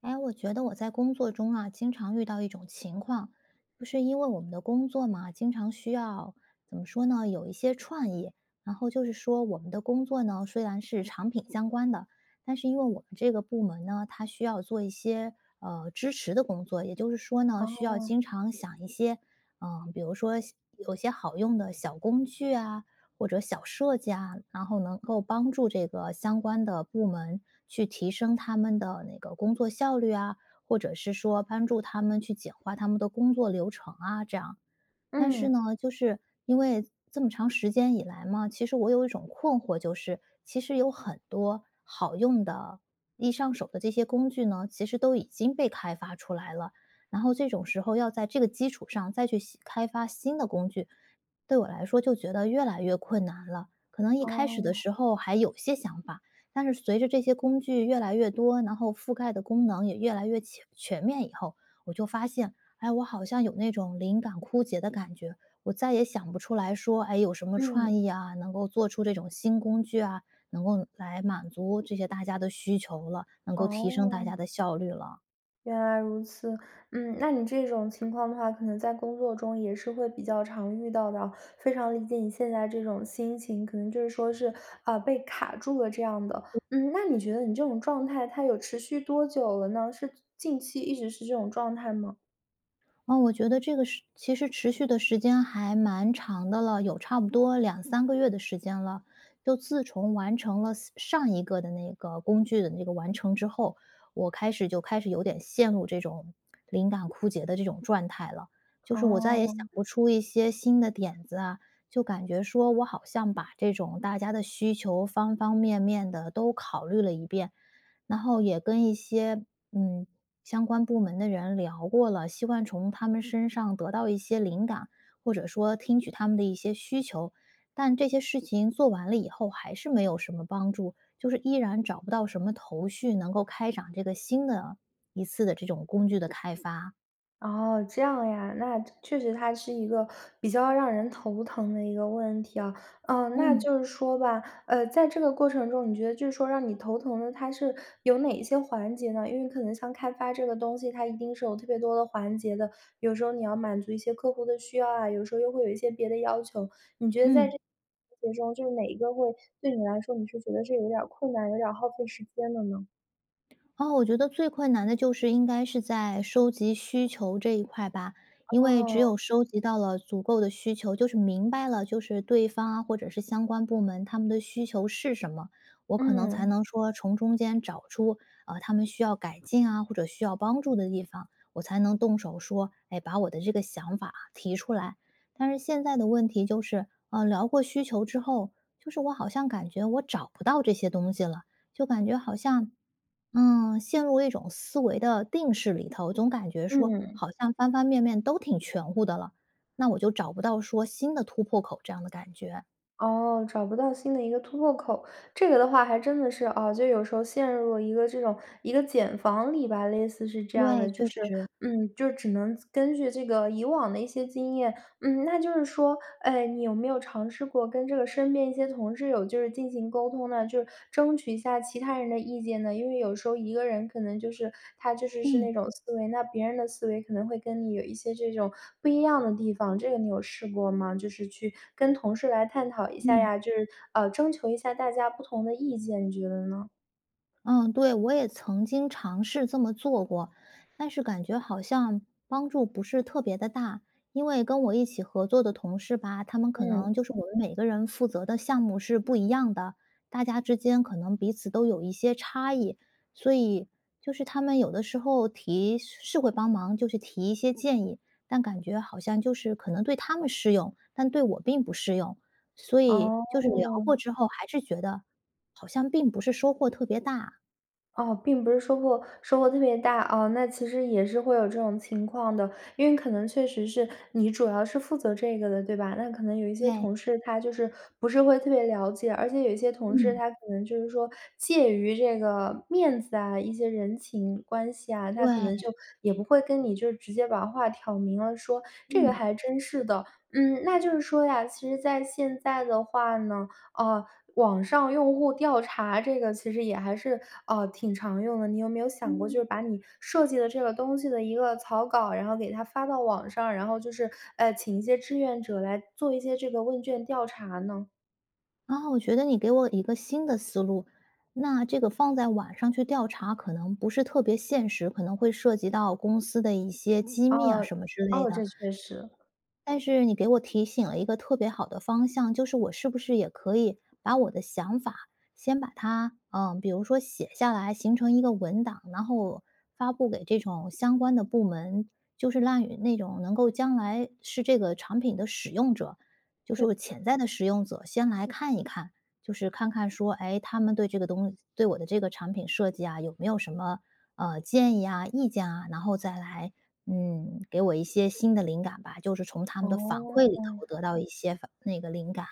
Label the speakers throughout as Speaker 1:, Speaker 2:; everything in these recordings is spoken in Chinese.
Speaker 1: 哎，我觉得我在工作中啊，经常遇到一种情况，就是因为我们的工作嘛，经常需要怎么说呢，有一些创意。然后就是说，我们的工作呢，虽然是产品相关的，但是因为我们这个部门呢，它需要做一些支持的工作，也就是说呢，需要
Speaker 2: 哦，
Speaker 1: 经常想一些，比如说有些好用的小工具啊，或者小设计啊，然后能够帮助这个相关的部门去提升他们的那个工作效率啊，或者是说帮助他们去简化他们的工作流程啊，这样。但是
Speaker 2: 嗯，
Speaker 1: 呢，就是因为这么长时间以来嘛，其实我有一种困惑，就是其实有很多好用的、易上手的这些工具呢，其实都已经被开发出来了。然后这种时候要在这个基础上再去新开发新的工具，对我来说就觉得越来越困难了。可能一开始的
Speaker 2: 哦，
Speaker 1: 时候还有些想法，但是随着这些工具越来越多，然后覆盖的功能也越来越全面以后，我就发现，哎，我好像有那种灵感枯竭的感觉，我再也想不出来说，哎，有什么创
Speaker 2: 嗯，
Speaker 1: 意啊，能够做出这种新工具啊，能够来满足这些大家的需求了，能够提升大
Speaker 2: 哦，
Speaker 1: 家的效率了。
Speaker 2: 原来如此。嗯，那你这种情况的话，可能在工作中也是会比较常遇到的啊。非常理解你现在这种心情，可能就是说是，啊，被卡住了这样的。嗯，那你觉得你这种状态它有持续多久了呢？是近期一直是这种状态吗？
Speaker 1: 哦，我觉得这个是其实持续的时间还蛮长的了，有差不多两三个月的时间了。就自从完成了 上一个的那个工具的那个完成之后，我就开始有点陷入这种灵感枯竭的这种状态了。就是我再也想
Speaker 2: 哦。
Speaker 1: 不出一些新的点子啊，就感觉说我好像把这种大家的需求方方面面的都考虑了一遍，然后也跟一些，嗯，相关部门的人聊过了，希望从他们身上得到一些灵感，或者说听取他们的一些需求。但这些事情做完了以后，还是没有什么帮助，就是依然找不到什么头绪，能够开展这个新的一次的这种工具的开发。
Speaker 2: 哦，这样呀，那确实它是一个比较让人头疼的一个问题啊。嗯，那
Speaker 1: 嗯
Speaker 2: 就是说吧，在这个过程中，你觉得就是说让你头疼的，它是有哪一些环节呢？因为可能像开发这个东西，它一定是有特别多的环节的。有时候你要满足一些客户的需要啊，有时候又会有一些别的要求。你觉得在
Speaker 1: 嗯。
Speaker 2: 这个环节中，就是哪一个会对你来说，你是觉得是有点儿困难，有点儿耗费时间的呢？
Speaker 1: 哦，我觉得最困难的就是应该是在收集需求这一块吧，因为只
Speaker 2: 哦，
Speaker 1: 有收集到了足够的需求，就是明白了，就是对方啊，或者是相关部门他们的需求是什么，我可能才
Speaker 2: 嗯
Speaker 1: 能说从中间找出他们需要改进啊，或者需要帮助的地方，我才能动手说，哎，把我的这个想法啊提出来。但是现在的问题就是，聊过需求之后，就是我好像感觉我找不到这些东西了。就感觉好像陷入一种思维的定式里头，总感觉说
Speaker 2: 嗯。
Speaker 1: 好像方方面面都挺全乎的了，那我就找不到说新的突破口这样的感觉。
Speaker 2: 哦，找不到新的一个突破口，这个的话还真的是啊，就有时候陷入了一个这种一个茧房里吧，类似是这样
Speaker 1: 对，
Speaker 2: 的，就
Speaker 1: 确
Speaker 2: 是
Speaker 1: 实，
Speaker 2: 就只能根据这个以往的一些经验，那就是说，你有没有尝试过跟这个身边一些同事有就是进行沟通呢？就是争取一下其他人的意见呢？因为有时候一个人可能就是他就是是
Speaker 1: 嗯
Speaker 2: 那种思维，那别人的思维可能会跟你有一些这种不一样的地方，这个你有试过吗？就是去跟同事来探讨一下
Speaker 1: 嗯。
Speaker 2: 呀，就是征求一下大家不同的意见，你觉得呢？
Speaker 1: 嗯，对，我也曾经尝试这么做过，但是感觉好像帮助不是特别的大，因为跟我一起合作的同事吧，他们可
Speaker 2: 嗯，
Speaker 1: 能就是我们每个人负责的项目是不一样的，大家之间可能彼此都有一些差异，所以就是他们有的时候会帮忙，就是提一些建议，但感觉好像就是可能对他们适用，但对我并不适用，所以
Speaker 2: 哦。
Speaker 1: 就是聊过之后还是觉得好像并不是收获特别大。
Speaker 2: 哦，并不是收获特别大哦，那其实也是会有这种情况的，因为可能确实是你主要是负责这个的，对吧？那可能有一些
Speaker 1: 对，
Speaker 2: 同事他就是不是会特别了解，而且有一些同事
Speaker 1: 嗯，
Speaker 2: 他可能就是说介于这个面子啊、一些人情关系啊，他可
Speaker 1: 对，
Speaker 2: 能就也不会跟你就是直接把话挑明了说，这个
Speaker 1: 嗯。
Speaker 2: 还真是的。嗯，那就是说呀，其实在现在的话呢。呃，网上用户调查这个其实也还是，挺常用的。你有没有想过，就是把你设计的这个东西的一个草稿，然后给它发到网上，然后就是，请一些志愿者来做一些这个问卷调查呢？
Speaker 1: 啊，我觉得你给我一个新的思路，那这个放在晚上去调查可能不是特别现实，可能会涉及到公司的一些机
Speaker 2: 哦，
Speaker 1: 密啊什么之类
Speaker 2: 哦，
Speaker 1: 的。
Speaker 2: 这确实，
Speaker 1: 但是你给我提醒了一个特别好的方向，就是我是不是也可以把我的想法先把它，比如说写下来，形成一个文档，然后发布给这种相关的部门，就是让与那种能够将来是这个产品的使用者，就是我潜在的使用者，先来看一看，就是看看说，哎，他们对这个对我的这个产品设计啊，有没有什么建议啊、意见啊，然后再来给我一些新的灵感吧，就是从他们的反馈里
Speaker 2: 哦。
Speaker 1: 头得到一些那个灵感。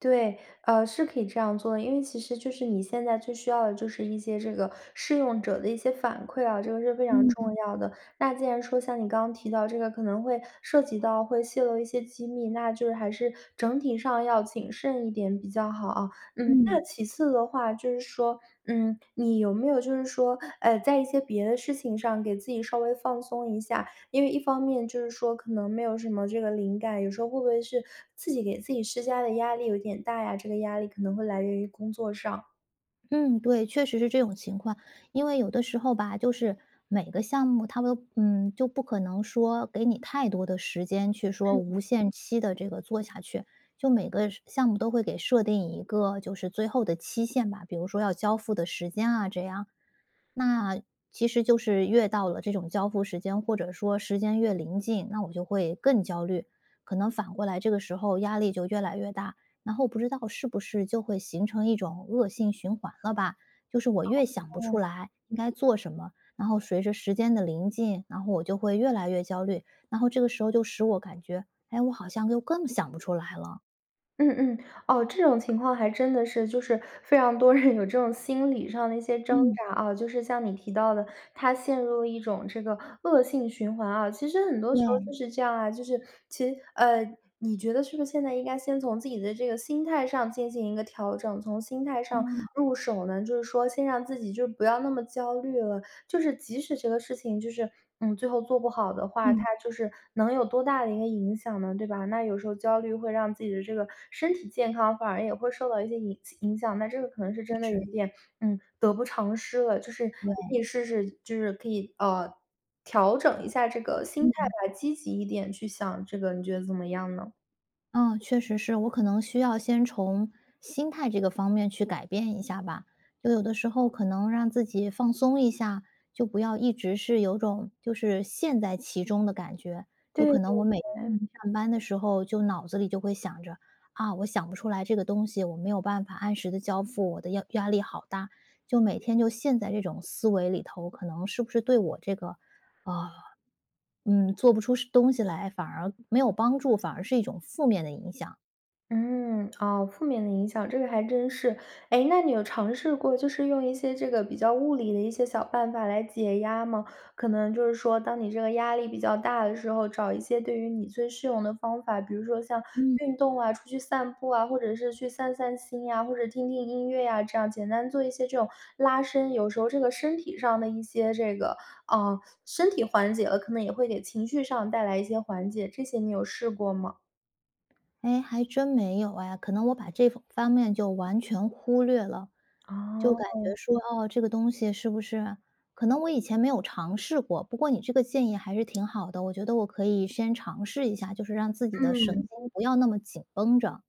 Speaker 2: 对，是可以这样做的，因为其实就是你现在最需要的就是一些这个试用者的一些反馈啊，这个是非常
Speaker 1: 嗯
Speaker 2: 重要的。那既然说像你刚刚提到这个可能会涉及到会泄露一些机密，那就是还是整体上要谨慎一点比较好啊。嗯，那
Speaker 1: 嗯
Speaker 2: 其次的话就是说，你有没有就是说，在一些别的事情上给自己稍微放松一下？因为一方面就是说可能没有什么这个灵感，有时候会不会是自己给自己施加的压力有点大呀？这个压力可能会来源于工作上。
Speaker 1: 嗯，对，确实是这种情况。因为有的时候吧，就是每个项目它都就不可能说给你太多的时间去说无限期的这个做下去。就每个项目都会给设定一个就是最后的期限吧，比如说要交付的时间啊，这样。那其实就是越到了这种交付时间，或者说时间越临近，那我就会更焦虑，可能反过来这个时候压力就越来越大，然后不知道是不是就会形成一种恶性循环了吧？就是我越想不出来应该做什么，然后随着时间的临近，然后我就会越来越焦虑，然后这个时候就使我感觉，哎，我好像又更想不出来了。
Speaker 2: 嗯嗯，哦，这种情况还真的是，就是非常多人有这种心理上的一些挣
Speaker 1: 嗯，
Speaker 2: 扎啊，就是像你提到的，他陷入了一种这个恶性循环啊。其实很多时候
Speaker 1: 对，
Speaker 2: 就是这样啊，就是其实你觉得是不是现在应该先从自己的这个心态上进行一个调整，从心态上入手呢？就是说，先让自己就是不要那么焦虑了，就是即使这个事情就是，最后做不好的话，它
Speaker 1: 嗯，
Speaker 2: 就是能有多大的一个影响呢，对吧？那有时候焦虑会让自己的这个身体健康反而也会受到一些影响，那这个可能是
Speaker 1: 就
Speaker 2: 真的有
Speaker 1: 是
Speaker 2: 一点，得不偿失了。就是你
Speaker 1: 对，
Speaker 2: 可以试试，就是可以调整一下这个心态
Speaker 1: 嗯。
Speaker 2: 吧，积极一点去想这个，你觉得怎么样呢？
Speaker 1: 嗯，确实是，我可能需要先从心态这个方面去改变一下吧。就有的时候可能让自己放松一下，就不要一直是有种就是陷在其中的感觉。就
Speaker 2: 对
Speaker 1: 可能我每
Speaker 2: 对。
Speaker 1: 天上班的时候，就脑子里就会想着啊，我想不出来这个东西，我没有办法按时的交付，我的压力好大。就每天就陷在这种思维里头，可能是不是对我这个啊、做不出东西来，反而没有帮助，反而是一种负面的影响。
Speaker 2: 嗯，哦，负面的影响，这个还真是。哎，那你有尝试过，就是用一些这个比较物理的一些小办法来解压吗？可能就是说，当你这个压力比较大的时候，找一些对于你最适用的方法，比如说像
Speaker 1: 嗯，
Speaker 2: 运动啊、出去散步啊，或者是去散散心呀、或者听听音乐呀、这样简单做一些这种拉伸。有时候这个身体上的一些这个，嗯、身体缓解了，可能也会给情绪上带来一些缓解。这些你有试过吗？
Speaker 1: 哎，还真没有哎，可能我把这方面就完全忽略了，就感
Speaker 2: 哦，
Speaker 1: 觉说，哦，这个东西是不是啊可能我以前没有尝试过，不过你这个建议还是挺好的，我觉得我可以先尝试一下，就是让自己的神
Speaker 2: 嗯。
Speaker 1: 经不要那么紧绷着。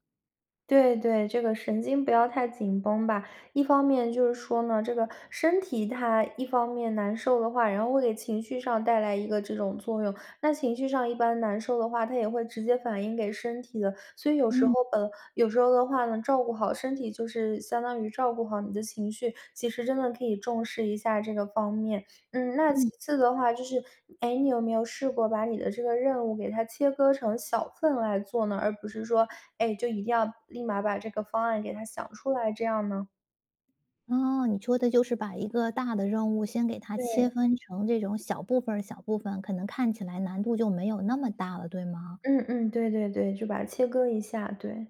Speaker 2: 对对，这个神经不要太紧绷吧。一方面就是说呢，这个身体它一方面难受的话，然后会给情绪上带来一个这种作用。那情绪上一般难受的话，它也会直接反映给身体的。所以有时候
Speaker 1: 嗯。
Speaker 2: 有时候的话呢，照顾好身体就是相当于照顾好你的情绪，其实真的可以重视一下这个方面。嗯，那其
Speaker 1: 嗯，
Speaker 2: 次的话就是，哎，你有没有试过把你的这个任务给它切割成小份来做呢？而不是说，哎，就一定要立马把这个方案给它想出来这样呢？
Speaker 1: 哦，你说的就是把一个大的任务先给它切
Speaker 2: 对，
Speaker 1: 分成这种小部分，可能看起来难度就没有那么大了，对吗？
Speaker 2: 嗯嗯，对对对，就把它切割一下，对。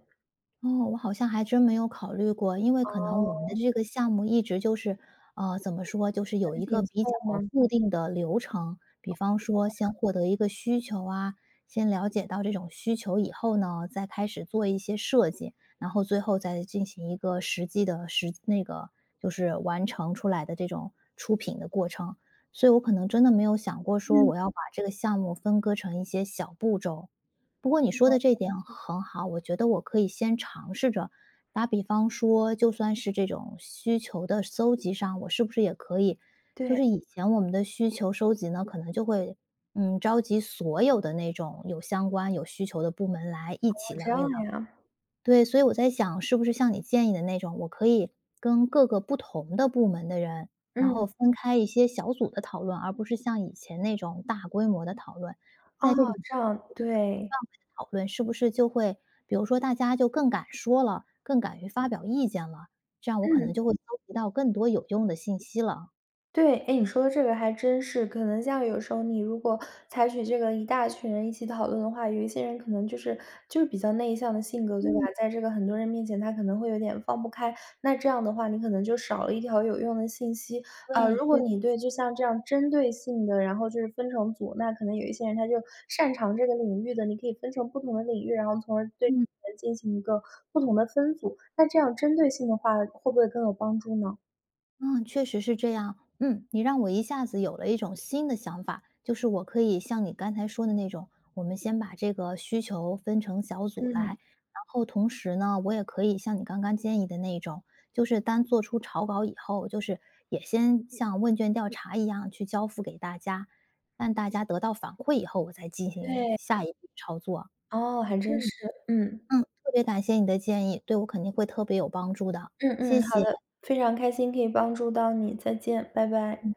Speaker 1: 哦，我好像还真没有考虑过，因为可能我们的
Speaker 2: 哦，
Speaker 1: 这个项目一直就是，怎么说，就是有
Speaker 2: 分
Speaker 1: 一个
Speaker 2: 紧
Speaker 1: 比较
Speaker 2: 凑吗？
Speaker 1: 固定的流程。比方说，先获得一个需求啊，先了解到这种需求以后呢，再开始做一些设计，然后最后再进行一个实际的那个就是完成出来的这种出品的过程。所以我可能真的没有想过说
Speaker 2: 嗯，
Speaker 1: 我要把这个项目分割成一些小步骤。不过你说的这一点很好，我觉得我可以先尝试着。打比方说，就算是这种需求的搜集上，我是不是也可以？就
Speaker 2: 对。
Speaker 1: 是以前我们的需求收集呢，可能就会召集所有的那种有相关有需求的部门来一
Speaker 2: 哦，
Speaker 1: 起聊
Speaker 2: 这样
Speaker 1: 一聊。
Speaker 2: 呀，
Speaker 1: 对，所以我在想，是不是像你建议的那种，我可以跟各个不同的部门的人，然
Speaker 2: 嗯，
Speaker 1: 后分开一些小组的讨论，而不是像以前那种大规模的讨论。
Speaker 2: 哦，
Speaker 1: 在这种
Speaker 2: 这样，对，
Speaker 1: 讨论，是不是就会比如说大家就更敢说了，更敢于发表意见了，这样我可
Speaker 2: 嗯。
Speaker 1: 能就会搜集到更多有用的信息了。
Speaker 2: 对，哎，你说的这个还真是，可能像有时候你如果采取这个一大群人一起讨论的话，有一些人可能就是比较内向的性格，对吧？
Speaker 1: 嗯，
Speaker 2: 在这个很多人面前，他可能会有点放不开。那这样的话，你可能就少了一条有用的信息
Speaker 1: 对，
Speaker 2: 啊、如果你对就像这样针对性的，然后就是分成组，那可能有一些人他就擅长这个领域的，你可以分成不同的领域，然后从而对
Speaker 1: 嗯。
Speaker 2: 人进行一个不同的分组。那这样针对性的话，会不会更有帮助呢？
Speaker 1: 嗯，确实是这样。嗯，你让我一下子有了一种新的想法，就是我可以像你刚才说的那种，我们先把这个需求分成小组来，
Speaker 2: 嗯，
Speaker 1: 然后同时呢，我也可以像你刚刚建议的那种，就是单做出草稿以后，就是也先像问卷调查一样去交付给大家，让大家得到反馈以后，我再进行
Speaker 2: 对。
Speaker 1: 下一步操作。
Speaker 2: 哦，还
Speaker 1: 嗯
Speaker 2: 真是。嗯，
Speaker 1: 嗯，特别感谢你的建议，对我肯定会特别有帮助的，
Speaker 2: 嗯
Speaker 1: 谢
Speaker 2: 嗯，好
Speaker 1: 谢。
Speaker 2: 的，非常开心可以帮助到你，再见，拜拜。